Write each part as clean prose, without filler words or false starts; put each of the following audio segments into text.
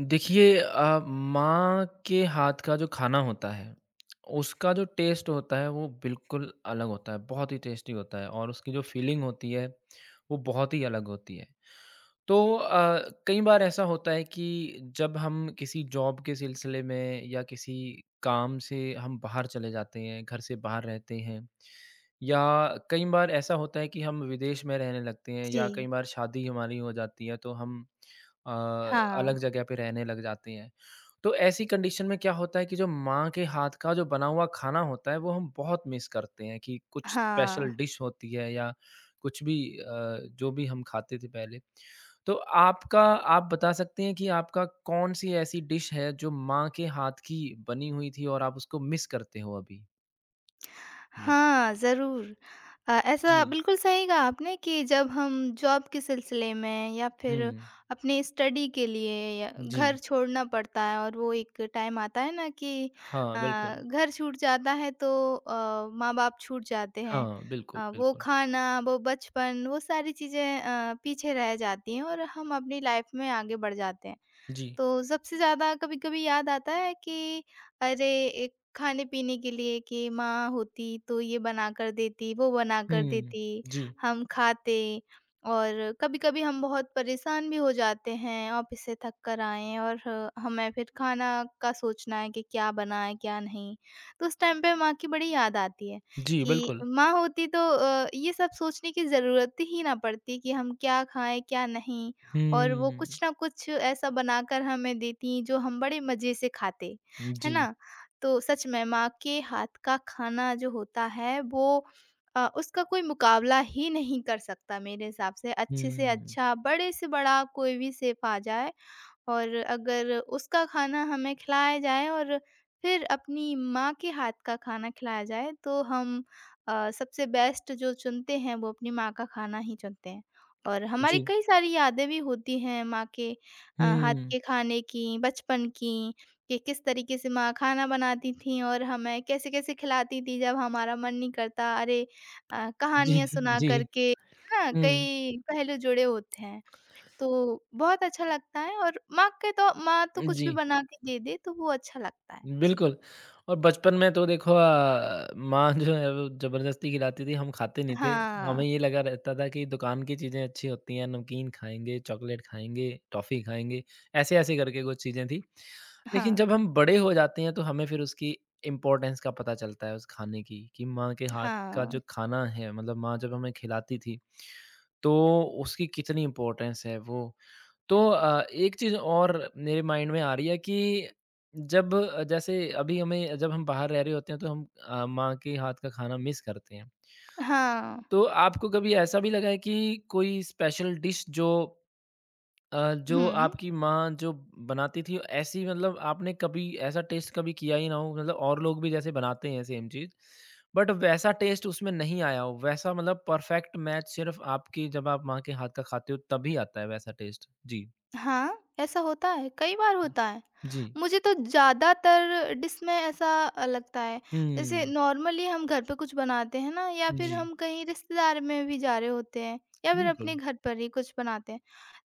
देखिए माँ के हाथ का जो खाना होता है, उसका जो टेस्ट होता है वो बिल्कुल अलग होता है, बहुत ही टेस्टी होता है और उसकी जो फीलिंग होती है, वो बहुत ही अलग होती है। तो कई बार ऐसा होता है कि जब हम किसी जॉब के सिलसिले में या किसी काम से हम बाहर चले जाते हैं, घर से बाहर रहते हैं या कई बार ऐसा होता है कि हम विदेश में रहने लगते हैं जी। या कई बार शादी हमारी हो जाती है तो हम अ, हाँ, अलग जगह पे रहने लग जाती हैं। तो ऐसी कंडीशन में क्या होता है कि जो माँ के हाथ का जो बना हुआ खाना होता है, वो हम बहुत मिस करते हैं कि कुछ हाँ। स्पेशल डिश होती है या कुछ भी जो भी हम खाते थे पहले। तो आपका आप बता सकते हैं कि आपका कौन-सी ऐसी डिश है जो माँ के हाथ की बनी हुई थी और आप उसको मिस करते हो अभी? जी। हाँ, ज़रूर। जी। ऐसा बिल्कुल सही कहा आपने कि जब हम जॉब के सिलसिले में या फिर हुँ। अपनी स्टडी के लिए या जी। घर छोड़ना पड़ता है, और वो एक टाइम आता है ना कि अ, हाँ, बिल्कुल। घर छूट जाता है तो माँ-बाप छूट जाते हैं। हाँ, बिल्कुल, वो बिल्कुल। खाना, वो बचपन, वो सारी चीज़ें पीछे रह जाती हैं और हम अपनी लाइफ़ में आगे बढ़ जाते हैं। जी। तो सबसे ज़्यादा कभी-कभी याद आता है कि अरे! एक खाने-पीने के लिए कि माँ होती तो ये बना कर देती, वो बना कर हुँ। देती, जी। हम खाते। और कभी-कभी हम बहुत परेशान भी हो जाते हैं, ऑफ़िस से थक कर आए हैं और हमें फिर खाना का सोचना है कि क्या बनाएँ, क्या नहीं। तो उस टाइम पे माँ की बड़ी याद आती है जी, कि बिल्कुल। माँ होती तो ये सब सोचने की ज़रूरत ही ना पड़ती कि हम क्या खाएँ, क्या नहीं, और वो कुछ हुँ, ना कुछ ऐसा बनाकर हमें देतीं जो हम बड़े मज़े से खाते, है जी। ना? तो सच में माँ के हाथ का खाना जो होता है वो उसका कोई मुकाबला ही नहीं कर सकता मेरे हिसाब से। अच्छे से हुँ, अच्छा, बड़े से बड़ा कोई भी शेफ़ आ जाए और अगर उसका खाना हमें खिलाया जाए और फिर अपनी माँ के हाथ का खाना खिलाया जाए, तो हम सबसे बेस्ट जो चुनते हैं वो अपनी माँ का खाना ही चुनते हैं। और हमारी जी। कई सारी यादें भी होती हैं माँ के हाथ हुँ, के खाने की, बचपन की, कि किस तरीके से माँ खाना बनाती थीं और हमें कैसे-कैसे खिलाती थी जब हमारा मन नहीं करता। अरे जी, कहानियाँ सुना जी। कर के, है ना? हुँ, कई पहलू जुड़े होते हैं। तो बहुत अच्छा लगता है, और माँ के तो माँ तो कुछ भी जी। बना के दे दे तो वो अच्छा लगता है। जी। बिल्कुल और बचपन में तो देखो माँ जो है वो ज़बरदस्ती खिलाती थी, हम खाते नहीं थे। हाँ, हमें ये लगा रहता था कि दुकान की चीज़ें अच्छी होती हैं, नमकीन खाएँगे, चॉकलेट खाएँगे, टॉफ़ी खाएँगे, ऐसे-ऐसे करके कुछ चीज़ें थी। लेकिन हाँ, जब हम बड़े हो जाते हैं तो हमें फिर उसकी इम्पोर्टेंस का पता चलता है उस खाने की कि माँ के हाथ का हाँ, जो खाना है मतलब माँ जब हमें खिलाती थी, तो उसकी कितनी इम्पोर्टेंस है वो। तो एक चीज़ और मेरे माइंड में आ रही है कि जब जैसे अभी हमें जब हम बाहर रह रहे होते हैं तो हम माँ के हाथ का खाना मिस करते हैं। हाँ। तो आपको कभी ऐसा भी लगा है कि कोई स्पेशल डिश जो जो हुँ, आपकी माँ जो बनाती थी ऐसी मतलब आपने कभी ऐसा टेस्ट कभी किया ही ना हो मतलब और लोग भी जैसे बनाते हैं सेम चीज़, बट वैसा टेस्ट उसमें नहीं आया हो, वैसा मतलब परफेक्ट मैच सिर्फ़ आपकी जब आप माँ के हाथ का खाते हो तभी आता है वैसा टेस्ट? जी। हाँ, ऐसा होता है, कई बार होता है। जी। मुझे तो ज़्यादातर डिश में ऐसा लगता है। जैसे हुँ। नॉर्मली हम घर पे कुछ बनाते हैं ना, या फिर जी। हम कहीं रिश्तेदार में भी जा रहे होते हैं, या फिर अपने बिल्कुल। घर पर ही कुछ बनाते हैं।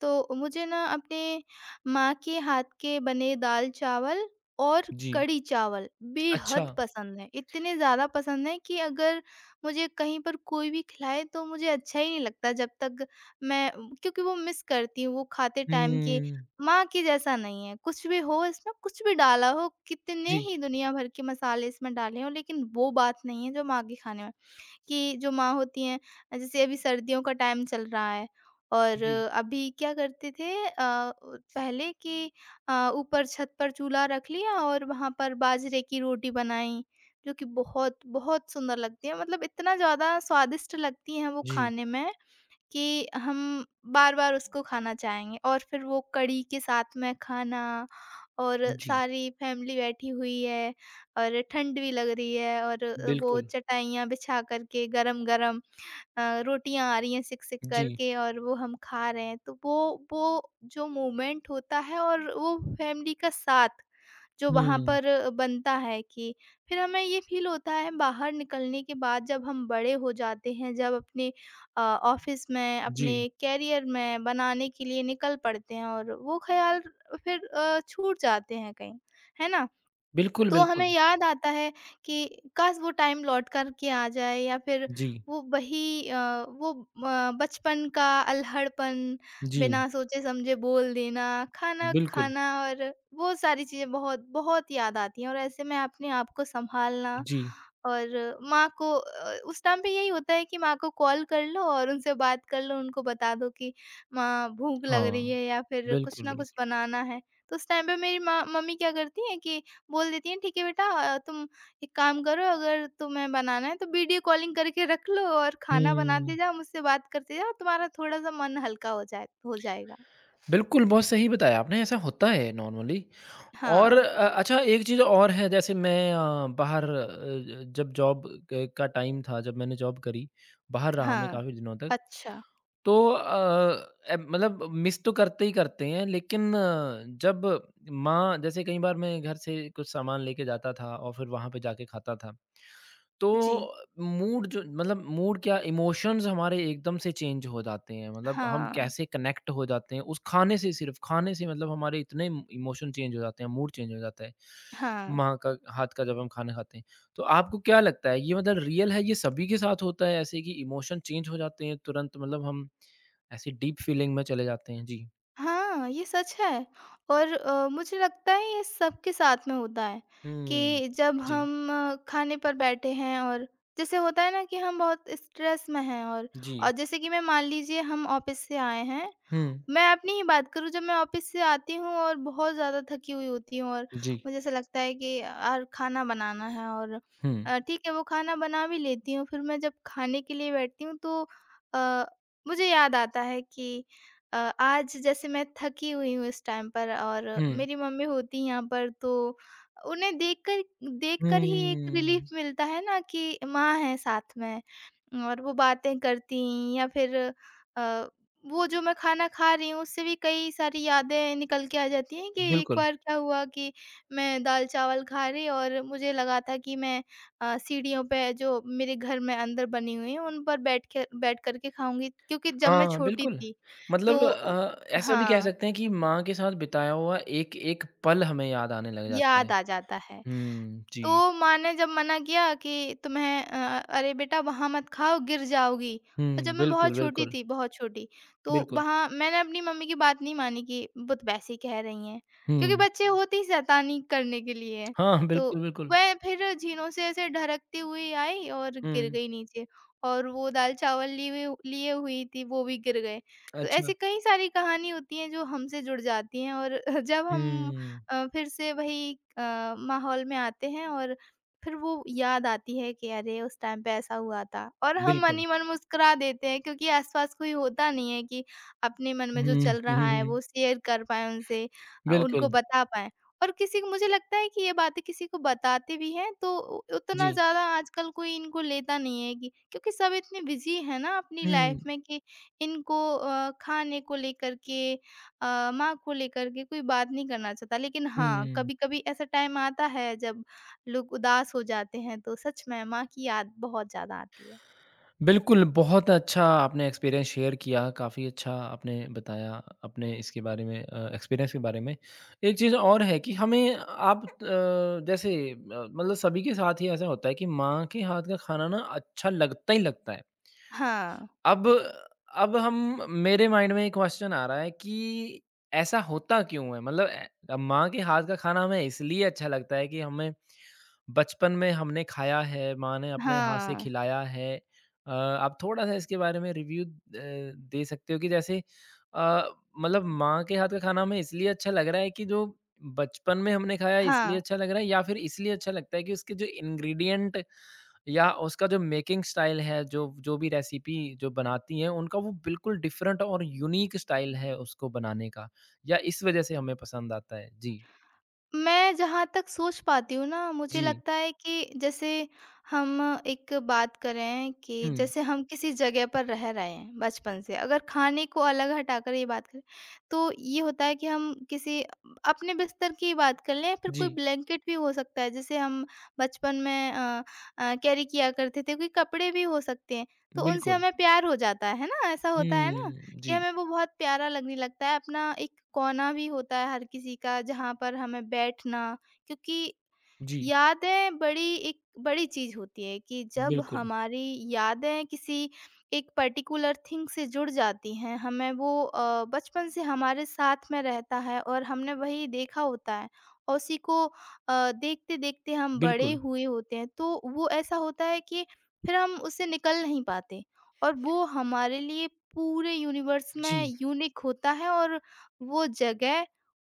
तो मुझे ना अपने माँ के हाथ के बने दाल-चावल और जी। कढ़ी-चावल अच्छा। बेहद पसंद है। इतने ज़्यादा पसंद है कि अगर मुझे कहीं पर कोई भी खिलाए तो मुझे अच्छा ही नहीं लगता, जब तक मैं, क्योंकि वो मिस करती हूँ वो खाते टाइम के हुँ। माँ के जैसा नहीं है। कुछ भी हो इसमें, कुछ भी डाला हो, कितने जी, ही दुनिया भर के मसाले इसमें डाले हों, लेकिन वो बात नहीं है जो माँ के खाने में, कि जो माँ होती हैं। जैसे अभी सर्दियों का टाइम चल रहा है, और जी, अभी क्या करते थे पहले कि ऊपर छत पर चूल्हा रख लिया और वहाँ पर बाजरे की रोटी बनाई, जो कि बहुत बहुत सुंदर लगती है, मतलब इतना ज़्यादा स्वादिष्ट लगती हैं वो जी, खाने में कि हम बार-बार उसको खाना चाहेंगे, और फिर वो कढ़ी के साथ में खाना, और जी, सारी फैमिली बैठी हुई है, और ठंड भी लग रही है, और वो बिल्कुल। चटाइयाँ बिछा कर के गरम-गरम रोटियाँ आ रही हैं सिक-सिक जी, करके और वो हम खा रहे हैं। तो वो जो मोमेंट होता है, और वो फैमिली का साथ जो वहाँ हुँ, पर बनता है, कि फिर हमें ये फ़ील होता है बाहर निकलने के बाद, जब हम बड़े हो जाते हैं, जब अपने ऑफ़िस में, जी, अपने करियर में बनाने के लिए निकल पड़ते हैं, और वो ख़्याल फिर छूट जाते हैं कहीं, है ना? बिल्कुल, तो हमें बिल्कुल। याद आता है कि काश वो टाइम लौट कर के आ जाए, या फिर जी, वो वही अ, वो बचपन का अल्हड़पन, जी, बिना सोचे समझे बोल देना, खाना बिल्कुल, खाना, और वो सारी चीज़ें बहुत, बहुत याद आती हैं। और ऐसे में अपने आप को सँभालना, जी, और माँ को उस टाइम पे यही होता है कि माँ को कॉल कर लो और उनसे बात कर लो, उनको बता दो कि माँ भूख लग रही है, हाँ, या फिर कुछ बिल्कुल, ना कुछ बिल्कुल। बनाना है। तो उस टाइम पे मेरी माँ मम्मी क्या करती हैं कि बोल देती हैं, ठीक है बेटा, तुम एक काम करो, अगर तुम्हें बनाना है तो वीडियो कॉलिंग करके रख लो और खाना बनाते हुँ, जाओ, मुझसे बात करते जाओ, तुम्हारा थोड़ा-सा मन हल्का हो जाए, हो जाएगा। बिल्कुल, बहुत सही बताया आपने, ऐसा होता है नॉर्मली और हाँ, अच्छा एक चीज़ और है जैसे मैं बाहर जब जॉब क का टाइम था, जब मैंने जॉब करी, बाहर रहा मैं हाँ। काफ़ी दिनों तक अच्छा, तो मतलब मिस तो करते ही करते हैं लेकिन जब माँ जैसे कई बार मैं घर से कुछ सामान लेके जाता था और फिर वहाँ पे जाके खाता था तो जी। मूड जो मतलब मूड क्या इमोशंस हमारे एकदम से चेंज हो जाते हैं, मतलब हम हाँ, कैसे कनेक्ट हो जाते हैं उस खाने से सिर्फ़ खाने से मतलब हमारे इतने इमोशन चेंज हो जाते हैं, मूड चेंज हो जाता है। हाँ। माँ का हाथ का जब हम खाना खाते हैं। तो आपको क्या लगता है ये मतलब रियल है, ये सभी के साथ होता है ऐसे कि इमोशन चेंज हो जाते हैं तुरंत मतलब हम ऐसे डीप फीलिंग में चले जाते हैं? जी। हाँ, ये सच है, और मुझे लगता है ये सबके साथ में होता है। हुँ। कि जब जी, हम खाने पर बैठे हैं, और जैसे होता है ना कि हम बहुत स्ट्रेस में हैं, और जी। जैसे कि मैं, मान लीजिए हम ऑफ़िस से आए हैं, हुँ। मैं अपनी ही बात करूँ, जब मैं ऑफ़िस से आती हूँ और बहुत ज़्यादा थकी हुई होती हूँ, और जी। मुझे ऐसा लगता है कि यार खाना बनाना है, और हुँ। ठीक है वो खाना बना भी लेती हूँ, फिर मैं जब खाने के लिए बैठती हूँ तो अ, मुझे याद आता है कि आज जैसे मैं थकी हुई हूँ इस टाइम पर, और हुँ। मेरी मम्मी होती हैं यहाँ पर, तो उन्हें देखकर देखकर ही एक हुँ। रिलीफ़ मिलता है ना कि माँ है साथ में, और वो बातें करती हैं, या फिर अ वो जो मैं खाना खा रही हूँ, उससे भी कई सारी यादें निकल के आ जाती हैं कि एक बिल्कुल। बार क्या हुआ कि मैं दाल-चावल खा रही, और मुझे लगा था कि मैं सीढ़ियों पे जो मेरे घर में अंदर बनी हुई हैं, उन पर बैठ कर के खाऊँगी, क्योंकि जब मैं हाँ, छोटी बिल्कुल। थी, मतलब तो उ ऐसा भी कह हाँ, सकते हैं कि माँ के साथ बिताया हुआ एक-एक पल हमें याद आने लग जाता है। याद आ जाता है। हुँ, जी। तो माँ ने जब मना किया कि तुम्हें अरे बेटा वहाँ मत खाओ गिर जाओगी, और हुँ, जब मैं बिल्कुल, बहुत छोटी बिल्कुल, थी, बहुत छोटी, तो बिल्कुल। वहाँ मैंने अपनी मम्मी की बात नहीं मानी, कि वो तो वैसे ही कह रही हैं, क्योंकि हुँ। बच्चे होते ही शैतानी करने के लिए हैं। हाँ, तो बिल्कुल, बिल्कुल। वह फिर झीनों से ऐसे ढरकती हुई आई और गिर हुँ, गई नीचे, और वो दाल-चावल लिए हुई थी, वो भी गिर गए। तो ऐसी अच्छा। कई सारी कहानी होती हैं जो हमसे जुड़ जाती हैं, और जब हम हुँ, फिर से वही अ, माहौल में आते हैं, और फिर वो याद आती है कि अरे उस टाइम पे ऐसा हुआ था, और हम मन बिल्कुल। ही मन मुस्कुरा देते हैं, क्योंकि आसपास कोई होता नहीं है कि अपने मन में हुँ, जो हुँ, चल रहा है हुँ, वो शेयर कर पाएँ उनसे, उनको बिल्कुल। बता पाएँ। और किसी को, मुझे लगता है कि ये बातें किसी को बताते भी हैं तो उ उतना जी। ज़्यादा आजकल कोई इनको लेता नहीं है, कि क्योंकि सब इतने बिज़ी हैं ना अपनी लाइफ़ हुँ, में, कि इनको खाने को लेकर के माँ को लेकर के कोई बात नहीं करना चाहता। लेकिन हाँ, हुँ। कभी-कभी ऐसा टाइम आता है जब लोग उदास हो जाते हैं, तो सच में माँ की याद बहुत ज़्यादा आती है। बिल्कुल, बहुत अच्छा आपने एक्सपीरियंस शेयर किया, काफ़ी अच्छा आपने बताया अपने इसके बारे में एक्सपीरियंस के बारे में। एक चीज़ और है कि हमें आप जैसे मतलब सभी के साथ ही ऐसा होता है कि माँ के हाथ का खाना ना अच्छा लगता ही लगता है। हाँ, अब अब हम मेरे माइंड में एक क्वेश्चन आ रहा है कि ऐसा होता क्यों है? मतलब माँ के हाथ का खाना हमें इसलिए अच्छा लगता है कि हमें बचपन में हमने खाया है, माँ ने अपने हाथ से हाँ, खिलाया है। आप थोड़ा-सा इसके बारे में रिव्यू दे सकते हो कि जैसे अ, मतलब माँ के हाथ का खाना हमें इसलिए अच्छा लग रहा है कि जो बचपन में हमने खाया है इसलिए हाँ। अच्छा लग रहा है या फिर इसलिए अच्छा लगता है कि उसके जो इंग्रीडिएंट या उसका जो मेकिंग स्टाइल है, जो जो भी रेसिपी जो बनाती हैं, उनका वो बिल्कुल डिफरेंट और यूनिक स्टाइल है उसको बनाने का या इस वजह से हमें पसंद आता है? जी। मैं जहाँ तक सोच पाती हूँ ना, मुझे जी। लगता है कि जैसे हम एक बात करें, कि हुँ। जैसे हम किसी जगह पर रह रहे हैं बचपन से, अगर खाने को अलग हटाकर ये बात करें, तो ये होता है कि हम किसी, अपने बिस्तर की बात कर लें, फिर कोई जी, ब्लैंकेट भी हो सकता है, जैसे हम बचपन में कैरी किया करते थे, कोई कपड़े भी हो सकते हैं, तो उनसे बिल्कुल। हमें प्यार हो जाता है ना? ऐसा होता है ना? हुँ, ये जी, हमें वो बहुत प्यारा लगने लगता है। अपना एक कोना भी होता है हर किसी का जहाँ पर हमें बैठना, क्योंकि जी, यादें बड़ी एक बड़ी चीज़ होती है, कि जब बिल्कुल, हमारी यादें किसी एक पर्टिकुलर थिंग से जुड़ जाती हैं, हमें वो बचपन से हमारे साथ में रहता है और हमने वही देखा होता है, और उसी को देखते-देखते हम बड़े बिल्कुल, हुए होते हैं, तो वो ऐसा होता है कि फिर हम उससे निकल नहीं पाते, और वो हमारे लिए पूरे यूनिवर्स जी, में यूनिक होता है, और वो जगह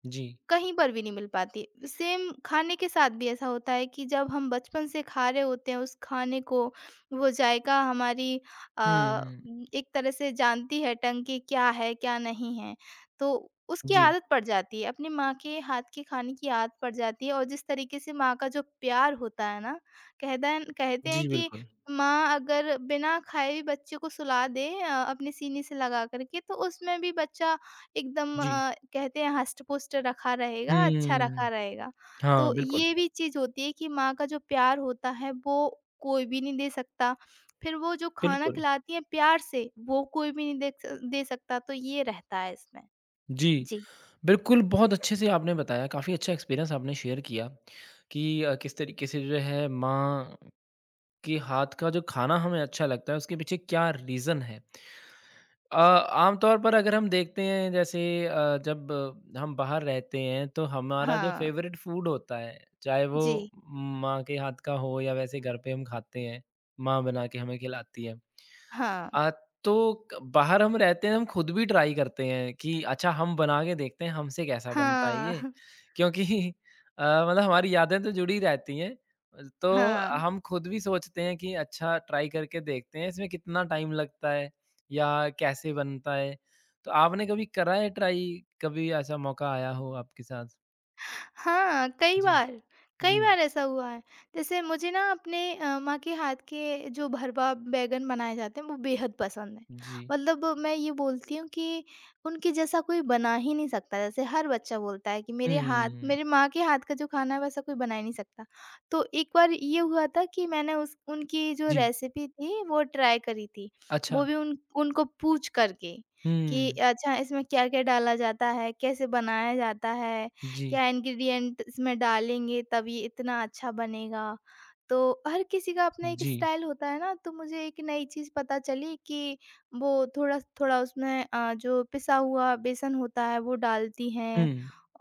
जी, कहीं पर भी नहीं मिल पाती। सेम खाने के साथ भी ऐसा होता है कि जब हम बचपन से खा रहे होते हैं उस खाने को, वो जायका हमारी अ, हुँ, एक तरह से जानती है टंग कि क्या है, क्या नहीं है। तो उसकी जी, आदत पड़ जाती है, अपनी माँ के हाथ के खाने की आदत पड़ जाती है, और जिस तरीके से माँ का जो प्यार होता है ना, कहदन कहते हैं जी, कि बिल्कुल, माँ अगर बिना खाए भी बच्चे को सुला दे अपनी सीने से लगा कर के, तो उसमें भी बच्चा एकदम जी, कहते हैं हष्ट-पुष्ट रखा रहेगा, अच्छा रखा हुँ, रहेगा। हाँ, तो बिल्कुल, ये भी चीज़ होती है कि माँ का जो प्यार होता है वो कोई भी नहीं दे सकता। फिर वो जो खाना बिल्कुल, खिलाती हैं प्यार से, वो कोई भी नहीं दे सकता, तो ये रहता है इसमें। जी, जी। बिल्कुल, बहुत अच्छे से आपने बताया, काफ़ी अच्छा एक्सपीरियंस आपने शेयर किया कि किस तरीके से जो है माँ के हाथ का जो खाना हमें अच्छा लगता है, उसके पीछे क्या रीज़न है। अ, आमतौर पर अगर हम देखते हैं जैसे जब हम बाहर रहते हैं तो हमारा जो हाँ। फेवरेट फूड होता है चाहे वो जी। माँ के हाथ का हो या वैसे घर पे हम खाते हैं माँ बना के हमें खिलाती है हाँ। अ, तो क बाहर हम रहते हैं, हम खुद भी ट्राई करते हैं कि अच्छा हम बना के देखते हैं हमसे कैसा बनता है ये, हाँ। क्योंकि अ, मतलब हमारी यादें तो जुड़ी रहती हैं। तो हाँ। हम खुद भी सोचते हैं कि अच्छा ट्राई करके देखते हैं इसमें कितना टाइम लगता है या कैसे बनता है। तो आपने कभी करा है ट्राई? कभी ऐसा मौका आया हो आपके साथ? हाँ, जी, कई जी, बार ऐसा हुआ है। जैसे मुझे ना अपने माँ के हाथ के जो भरवा बैंगन बनाए जाते हैं वो बेहद पसंद है। जी। मतलब मैं ये बोलती हूँ कि उनके जैसा कोई बना ही नहीं सकता। जैसे हर बच्चा बोलता है कि हुँ, मेरे माँ के हाथ का जो खाना है वैसा कोई बना ही नहीं सकता। तो एक बार ये हुआ था कि मैंने उस उनकी जो जी, रेसिपी थी वो ट्राई करी थी। अच्छा। वो भी उन उनको पूछ कर के, कि हुँ, अच्छा इसमें क्या-क्या डाला जाता है, कैसे बनाया जाता है, जी, क्या इंग्रेडिएंट इसमें डालेंगे तब ये इतना अच्छा बनेगा। तो हर किसी का अपना एक जी। स्टाइल होता है ना, तो मुझे एक नई चीज़ पता चली कि वो थोड़ा-थोड़ा उसमें जो पिसा हुआ बेसन होता है वो डालती हुँ, हैं।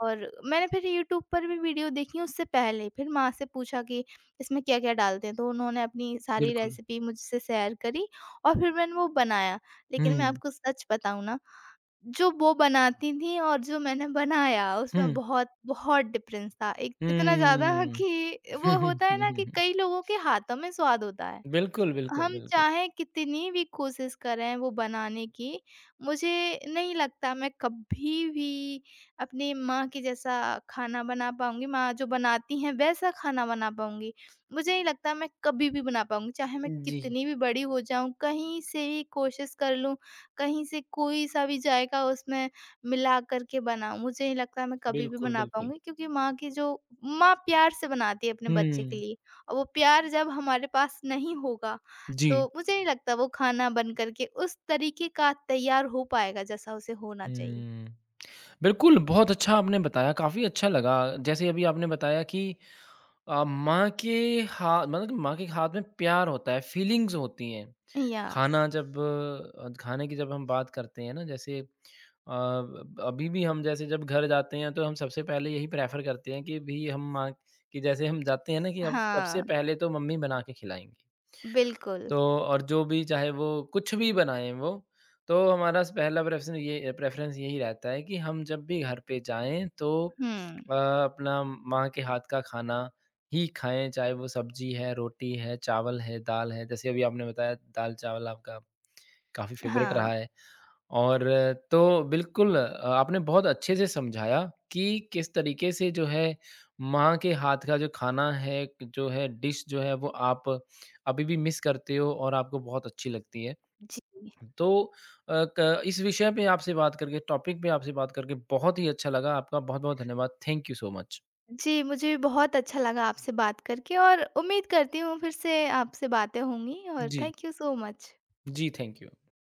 और मैंने फिर यूट्यूब पर भी वीडियो देखी उससे पहले, फिर माँ से पूछा कि इसमें क्या-क्या डालते हैं? तो उन्होंने अपनी सारी बिल्कुल। रेसिपी मुझसे शेयर करी, और फिर मैंने वो बनाया। लेकिन मैं हुँ। आपको सच बताऊँ ना, जो वो बनाती थीं और जो मैंने बनाया, उसमें हुँ। बहुत, बहुत डिफरेंस था। एक इतना ज़्यादा हुँ। कि वो होता है ना कि कई लोगों के हाथों में स्वाद होता है। बिल्कुल, बिल्कुल, हम बिल्कुल। चाहे कितनी भी कोशिश करें वो बनाने की, मुझे नहीं लगता मैं कभी भी अपनी माँ के जैसा खाना बना पाऊँगी, माँ जो बनाती हैं वैसा खाना बना पाऊँगी। मुझे नहीं लगता मैं कभी भी बना पाऊँगी, चाहे मैं जी। कितनी भी बड़ी हो जाऊँ, कहीं से भी कोशिश कर लूँ, कहीं से कोई-सा भी जायका उसमें मिला कर के बनाऊँ, मुझे नहीं लगता मैं कभी भी बिल्कुल, बना बिल्कुल। पाऊँगी, क्योंकि माँ की जो माँ प्यार से बनाती है अपने बच्चे के हुँ। लिए, और वो प्यार जब हमारे पास नहीं होगा, जी। तो मुझे नहीं लगता वो खाना बन करके उस तरीके का तैयार हो पाएगा जैसा उसे होना चाहिए। हुँ। बिल्कुल, बहुत अच्छा आपने बताया, काफ़ी अच्छा लगा। जैसे अभी आपने बताया कि माँ के हा मतलब माँ के हाथ में प्यार होता है, फीलिंग्स होती हैं। यस। खाना जब खाने की जब हम बात करते हैं ना जैसे अभी भी हम जैसे जब घर जाते हैं तो हम सबसे पहले यही प्रेफ़र करते हैं कि भी हम माँ कि जैसे हम जाते हैं ना कि अब हाँ, सबसे पहले तो मम्मी बना के खिलाएँगी। बिल्कुल। तो और जो भी चाहे वो कुछ भी बनाएँ वो, तो हमारा स पहला प्रेफ़्सन ये प्रेफ़रेंस यही रहता है कि हम जब भी घर पे जाएँ तो हुँ, अपना माँ के हाथ का खाना ही खाएँ, चाहे वो सब्ज़ी है, रोटी है, चावल है, दाल है। जैसे अभी आपने बताया दाल-चावल आपका काफ़ी फ़ेवरेट हाँ, रहा है और तो बिल्कुल आपने बहुत अच्छे से समझाया कि किस तरीके से जो है माँ के हाथ का जो खाना है, जो है डिश जो है वो आप अभी भी मिस करते हो और आपको बहुत अच्छी लगती है। जी। तो क इस विषय पे आपसे बात करके, टॉपिक पे आपसे बात करके बहुत ही अच्छा लगा। आपका बहुत-बहुत धन्यवाद। Thank you so much. जी, मुझे भी बहुत अच्छा लगा आपसे बात करके, और उम्मीद करती हूँ फिर से आपसे बातें होंगी, और जी, थैंक यू सो मच। जी, थैंक यू।